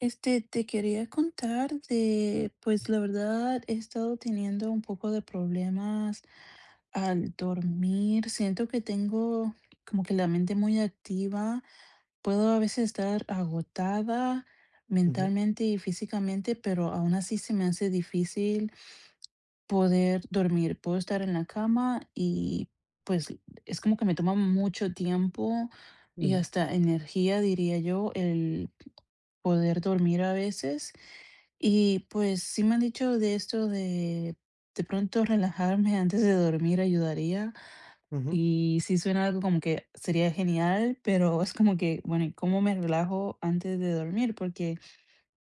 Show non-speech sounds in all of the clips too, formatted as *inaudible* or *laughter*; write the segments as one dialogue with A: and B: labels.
A: Te quería contar pues la verdad he estado teniendo un poco de problemas al dormir. Siento que tengo como que la mente muy activa. Puedo a veces estar agotada
B: Ujú,
A: mentalmente y físicamente, pero aún así se me hace difícil poder dormir. Puedo estar en la cama y pues es como que me toma mucho tiempo y
B: ujú,
A: hasta energía, diría yo, el poder dormir a veces. Y pues sí me han dicho de esto de pronto relajarme antes de dormir ayudaría,
B: ujú,
A: y sí suena algo como que sería genial, pero es como que, bueno, ¿y cómo me relajo antes de dormir? Porque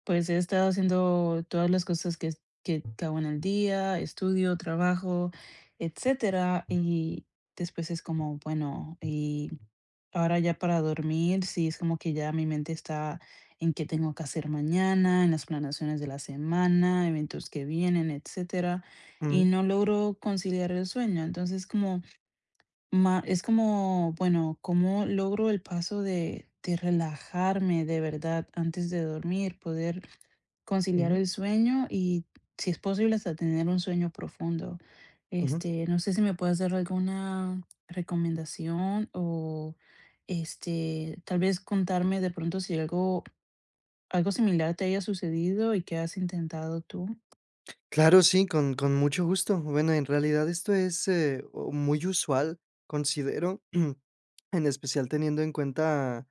A: pues he estado haciendo todas las cosas que hago en el día, estudio, trabajo, etcétera. Y después es como, bueno, y ahora ya para dormir, sí, es como que ya mi mente está en qué tengo que hacer mañana, en las planaciones de la semana, eventos que vienen, etcétera. Y
B: ujú,
A: no logro conciliar el sueño. Entonces, como, es como, bueno, ¿cómo logro el paso de relajarme de verdad antes de dormir, poder conciliar
B: ujú,
A: el sueño y, si es posible, hasta tener un sueño profundo?
B: ujú.
A: No sé si me puedes dar alguna recomendación o, tal vez contarme de pronto si algo algo similar te haya sucedido y que has intentado tú.
B: Claro, sí, con mucho gusto. Bueno, en realidad esto es, o muy usual, considero, *clears throat* en especial teniendo en cuenta,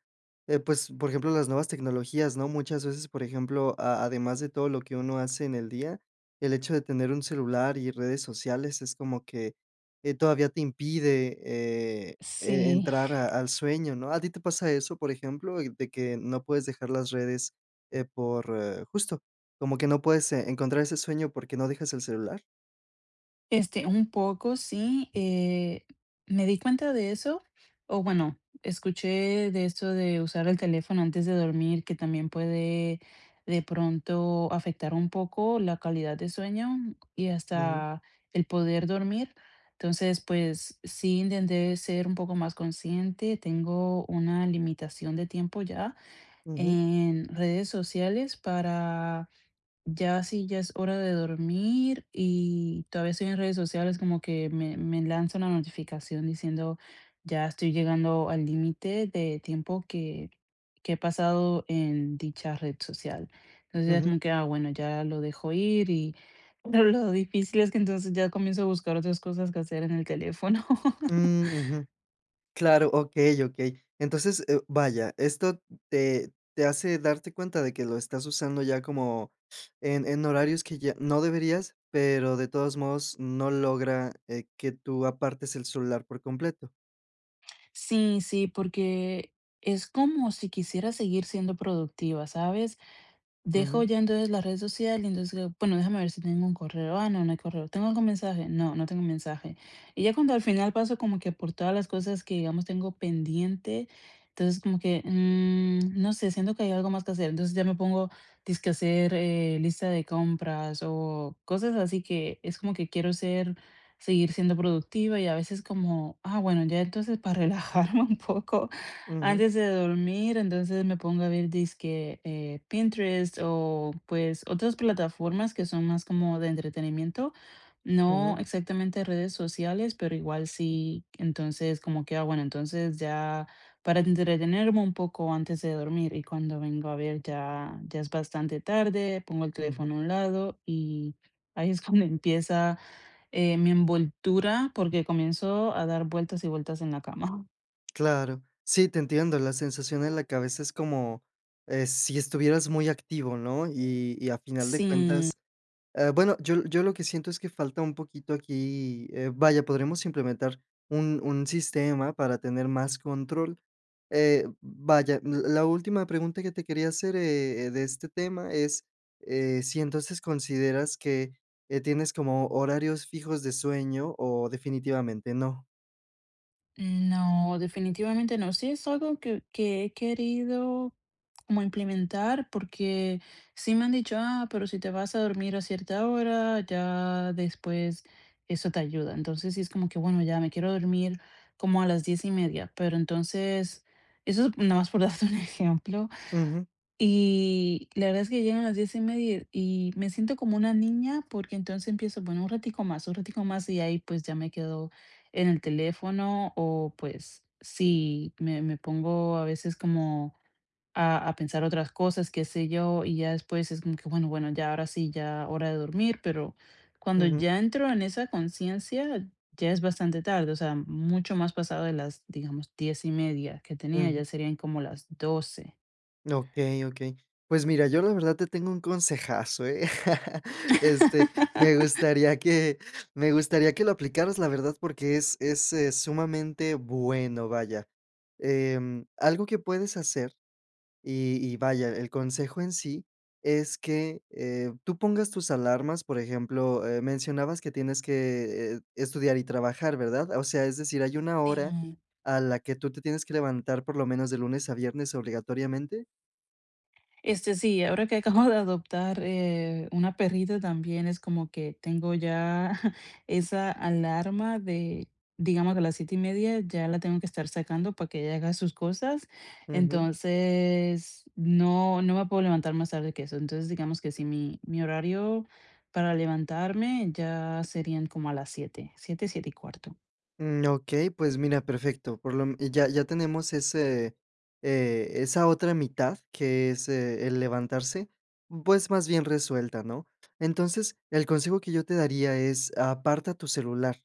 B: pues, por ejemplo, las nuevas tecnologías, ¿no? Muchas veces, por ejemplo, a además de todo lo que uno hace en el día, el hecho de tener un celular y redes sociales es como que, todavía te impide,
A: Sí.
B: entrar a al sueño, ¿no? ¿A ti te pasa eso, por ejemplo, de que no puedes dejar las redes, por justo, como que no puedes, encontrar ese sueño porque no dejas el celular?
A: Un poco, sí, me di cuenta de eso, o bueno, escuché de esto de usar el teléfono antes de dormir, que también puede de pronto afectar un poco la calidad de sueño y
B: Ujú,
A: hasta el poder dormir. Entonces, pues sí intenté ser un poco más consciente. Tengo una limitación de tiempo ya
B: ujú,
A: en redes sociales para ya sí, ya es hora de dormir y todavía estoy en redes sociales, como que me lanza una notificación diciendo ya estoy llegando al límite de tiempo que he pasado en dicha red social. Entonces ya es
B: ujú,
A: como que, ah, bueno, ya lo dejo ir y *laughs* pero lo difícil es que entonces ya comienzo a buscar otras cosas que hacer en el teléfono. *laughs*
B: mm, ujú. Claro, okey, okey. Entonces, vaya, esto te hace darte cuenta de que lo estás usando ya como en horarios que ya no deberías, pero de todos modos no logra, que tú apartes el celular por completo.
A: Sí, sí, porque es como si quisiera seguir siendo productiva, ¿sabes? Dejo
B: Ujú,
A: ya entonces las redes sociales y entonces digo, bueno, déjame ver si tengo un correo. Ah, no, no hay correo. ¿Tengo algún mensaje? No, no tengo mensaje. Y ya cuando al final paso como que por todas las cosas que, digamos, tengo pendiente, entonces como que, no sé, siento que hay algo más que hacer. Entonces ya me pongo, dizque hacer lista de compras o cosas así, que es como que quiero ser, seguir siendo productiva, y a veces como, ah, bueno, ya entonces para *laughs* relajarme un poco
B: ujú,
A: antes de dormir, entonces me pongo a ver dizque, Pinterest o, pues, otras plataformas que son más como de entretenimiento. No
B: ujú,
A: exactamente redes sociales, pero igual sí, entonces como que, ah, bueno, entonces ya para entretenerme un poco antes de dormir, y cuando vengo a ver ya es bastante tarde, pongo el
B: ujú.
A: teléfono a un lado y ahí es *laughs* cuando empieza, mi envoltura, porque comienzo a dar vueltas y vueltas en la cama.
B: Claro. Sí, te entiendo, la sensación en la cabeza es como, si estuvieras muy activo, ¿no? Y a final de
A: Sí.
B: cuentas. Bueno, yo lo que siento es que falta un poquito aquí, vaya, podremos implementar un sistema para tener más control. Vaya, l la última pregunta que te quería hacer, de este tema es, si entonces consideras que, tienes como horarios fijos de sueño o definitivamente no.
A: No, definitivamente no. Sí es algo que he querido como implementar porque sí me han dicho, ah, pero si te vas a dormir a cierta hora, ya después eso te ayuda. Entonces sí es como que, bueno, ya me quiero dormir como a las 10:30, pero entonces, eso es nada más por darte un *laughs* ejemplo,
B: Ujú,
A: y la verdad es que llegan las 10:30 y me siento como una niña porque entonces empiezo, bueno, un ratico más, un ratico más, y ahí pues ya me quedo en el teléfono o pues sí, me pongo a veces como a pensar otras cosas, qué sé yo, y ya después es como que, bueno, ya ahora sí, ya hora de dormir, pero cuando
B: ujú,
A: ya entro en esa conciencia, ya es bastante tarde, o sea, mucho más pasado de las, digamos, 10:30 que tenía,
B: ujú.
A: ya serían como las 12.
B: Ok, ok. Pues mira, yo la verdad te tengo un consejazo, ¿eh? *laughs* Este, me gustaría que me gustaría que lo aplicaras, la verdad, porque es sumamente bueno, vaya. Algo que puedes hacer, y vaya, el consejo en sí es que, tú pongas tus alarmas, por ejemplo, mencionabas que tienes que, estudiar y trabajar, ¿verdad? O sea, es decir, ¿hay una hora
A: Sí.
B: a la que tú te tienes que levantar por lo menos de lunes a viernes obligatoriamente?
A: Sí, ahora que acabo de adoptar, una perrita, también es como que tengo ya *laughs* esa alarma de, digamos, que a las 7:30 ya la tengo que estar sacando para que ella haga sus cosas.
B: Ujú.
A: Entonces, no me puedo levantar más tarde que eso. Entonces, digamos que sí, mi horario para levantarme ya serían como a las siete y cuarto.
B: Mm, okey, pues mira, perfecto. Por lo y ya ya tenemos esa otra mitad que es, el levantarse, pues, más bien resuelta, ¿no? Entonces, el consejo que yo te daría es aparta tu celular.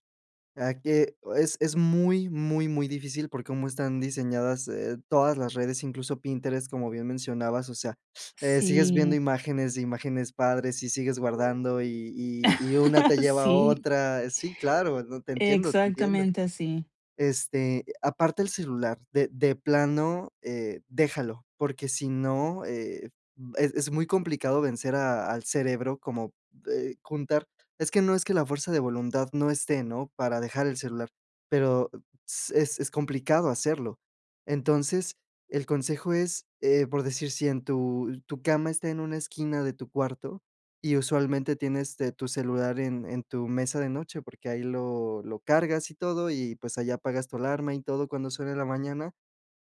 B: Ah, que es muy, muy, muy difícil por cómo están diseñadas, todas las redes, incluso Pinterest, como bien mencionabas, o sea, sigues viendo
A: Sí.
B: imágenes de imágenes padres y sigues. Sí. Guardando y una te
A: *laughs*
B: lleva a
A: Sí,
B: otra. Sí, claro, no, te entiendo, te entiendo.
A: exactamente así.
B: Aparte el celular, de plano, déjalo, porque si no, es muy complicado vencer a al cerebro como, juntar, es que no es que la fuerza de voluntad no esté, ¿no?, para dejar el celular, pero s es complicado hacerlo. Entonces, el consejo es, por decir, si en tu tu cama está en una esquina de tu cuarto y usualmente tienes, tu celular en tu mesa de noche, porque ahí lo cargas y todo, y pues allá apagas tu alarma y todo cuando suene la mañana.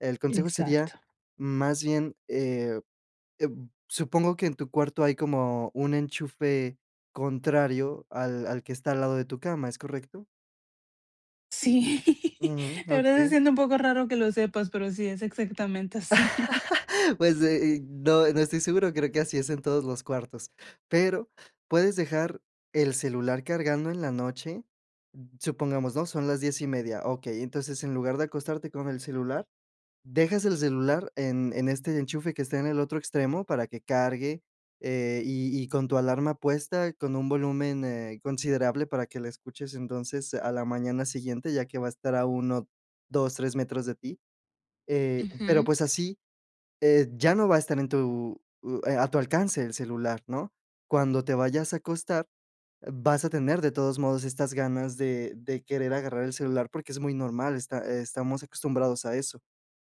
B: El consejo sería
A: Exacto.
B: más bien, supongo que en tu cuarto hay como un enchufe contrario al que está al lado de tu cama, ¿es correcto?
A: Sí, *laughs*
B: Ujú,
A: la verdad se
B: okey.
A: siente un poco raro que lo sepas, pero sí, es exactamente así. *laughs*
B: Pues, no estoy seguro, creo que así es en todos los cuartos, pero puedes dejar el celular cargando en la noche, supongamos, ¿no? Son las 10:30. Okey, entonces, en lugar de acostarte con el celular, dejas el celular en este enchufe que está en el otro extremo para que cargue, y con tu alarma puesta, con un volumen, considerable para que la escuches, entonces, a la mañana siguiente, ya que va a estar a 1, 2, 3 metros de ti, pero,
A: Ujú.
B: pues, así, ya no va a estar en tu u a tu alcance el celular, ¿no? Cuando te vayas a acostar, vas a tener de todos modos estas ganas de querer agarrar el celular porque es muy normal, está estamos acostumbrados a eso.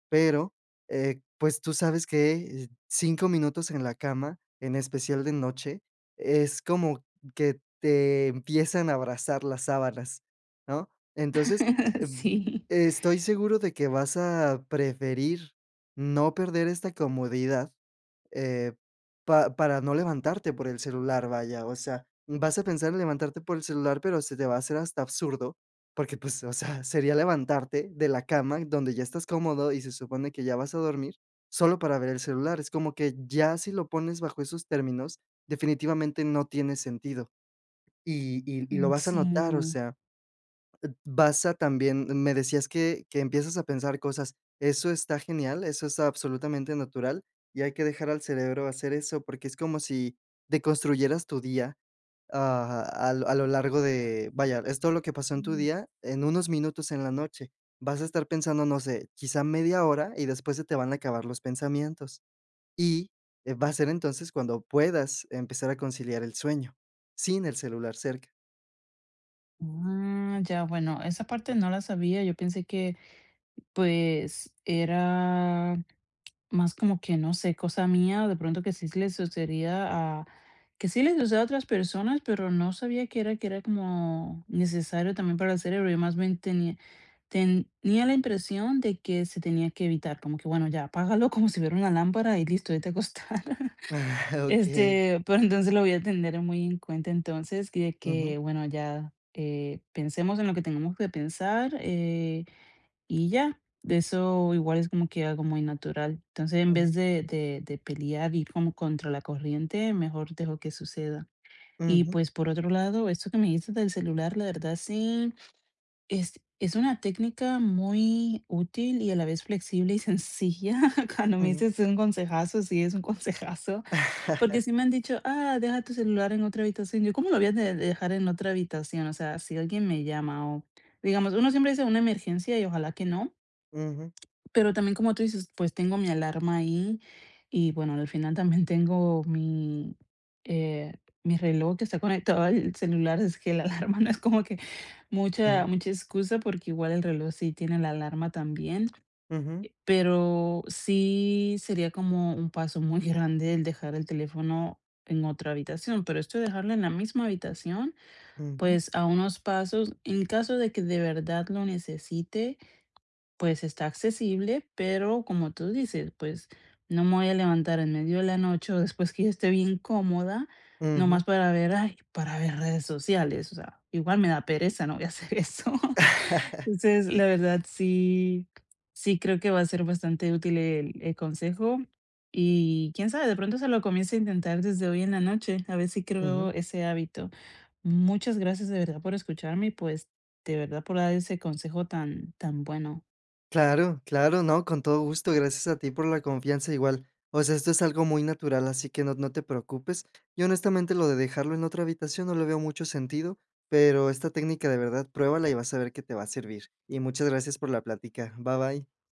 B: Pero, pues, tú sabes que 5 minutos en la cama, en especial de noche, es como que te empiezan a abrazar las sábanas, ¿no? Entonces, em,
A: Sí.
B: estoy seguro de que vas a preferir no perder esta comodidad, eh, pa para no levantarte por el celular, vaya, o sea, vas a pensar en levantarte por el celular, pero se te va a hacer hasta absurdo, porque, pues, o sea, *laughs* sería levantarte de la cama donde ya estás cómodo y se supone que ya vas a dormir, solo para ver el celular. Es como que ya, si lo pones bajo esos términos, definitivamente no tiene sentido y lo
A: Mm,
B: vas a notar, o
A: sí.
B: sea. Basa también me decías que empiezas a pensar cosas. Eso está genial, eso es absolutamente natural, y hay que dejar al cerebro hacer eso, porque es como si deconstruyeras tu día, ah, a lo largo de, vaya, es todo lo que pasó en tu
A: Mm,
B: día en unos minutos en la noche. Vas a estar pensando, no sé, quizá media hora y después se te van a acabar los pensamientos. Y, va a ser entonces cuando puedas empezar a conciliar el sueño, sin el celular cerca.
A: ah, ya, bueno, esa parte no la sabía. Yo pensé que, pues, era más como que, no sé, cosa mía, de pronto que sí le sucedería a que sí les usé a otras personas, pero no sabía que era como necesario también para el cerebro. Yo más bien tenía la impresión de que se tenía que evitar, como que, bueno, ya apágalo *laughs* como si fuera una lámpara y listo, vete a acostar. *laughs*
B: *laughs* Okey.
A: Pero entonces lo voy a tener muy en cuenta entonces,
B: Ujú,
A: que, bueno, ya, pensemos en lo que tengamos que pensar, y ya. De eso igual es como que algo muy natural. Entonces, en vez
B: ujú,
A: de pelear, ir como contra la corriente, mejor dejo que suceda. Y,
B: ujú.
A: pues, por otro lado, esto que me dices del celular, la verdad sí, es es una técnica muy útil y a la vez flexible y sencilla. *laughs* Cuando me
B: Ujú.
A: dices es un consejazo, sí es un consejazo, porque
B: *laughs*
A: sí me han dicho: "Ah, deja tu celular en otra habitación". Yo, ¿cómo lo voy a de dejar en otra habitación? O sea, si alguien me llama o digamos, uno siempre dice una emergencia y ojalá que no,
B: Ujú,
A: pero también, como tú dices, pues tengo mi alarma ahí y, bueno, al final también tengo eh, mi reloj que está conectado al celular, es que la *laughs* alarma no es como que
B: ujú,
A: mucha excusa porque igual el reloj sí tiene la alarma también,
B: ujú,
A: pero sí sería como un paso muy *laughs* grande el dejar el teléfono en otra habitación, pero esto de dejarlo en la misma habitación,
B: ujú,
A: pues a unos pasos, en caso de que de verdad lo necesite, pues está accesible, pero como tú dices, pues no me voy a levantar en medio de la noche o después que ya esté bien cómoda,
B: ujú.
A: nomás para ver, ay, para ver redes sociales. O sea, igual me da pereza, no *laughs* voy a hacer eso. *laughs*
B: *laughs*
A: Entonces,
B: Sí,
A: la verdad, sí, sí creo que va a ser bastante útil el consejo. Y quién sabe, de pronto se lo comience a intentar desde hoy en la noche, a ver si creo
B: ujú.
A: ese hábito. Muchas gracias de verdad por escucharme y pues de verdad por dar ese consejo tan, tan bueno.
B: Claro, claro, no, con todo gusto, gracias a ti por la confianza igual. O sea, esto es algo muy natural, así que no te preocupes. Yo honestamente lo de dejarlo en otra habitación no le veo mucho sentido, pero esta técnica de verdad pruébala y vas a ver que te va a servir. Y muchas gracias por la plática. Bye, bye.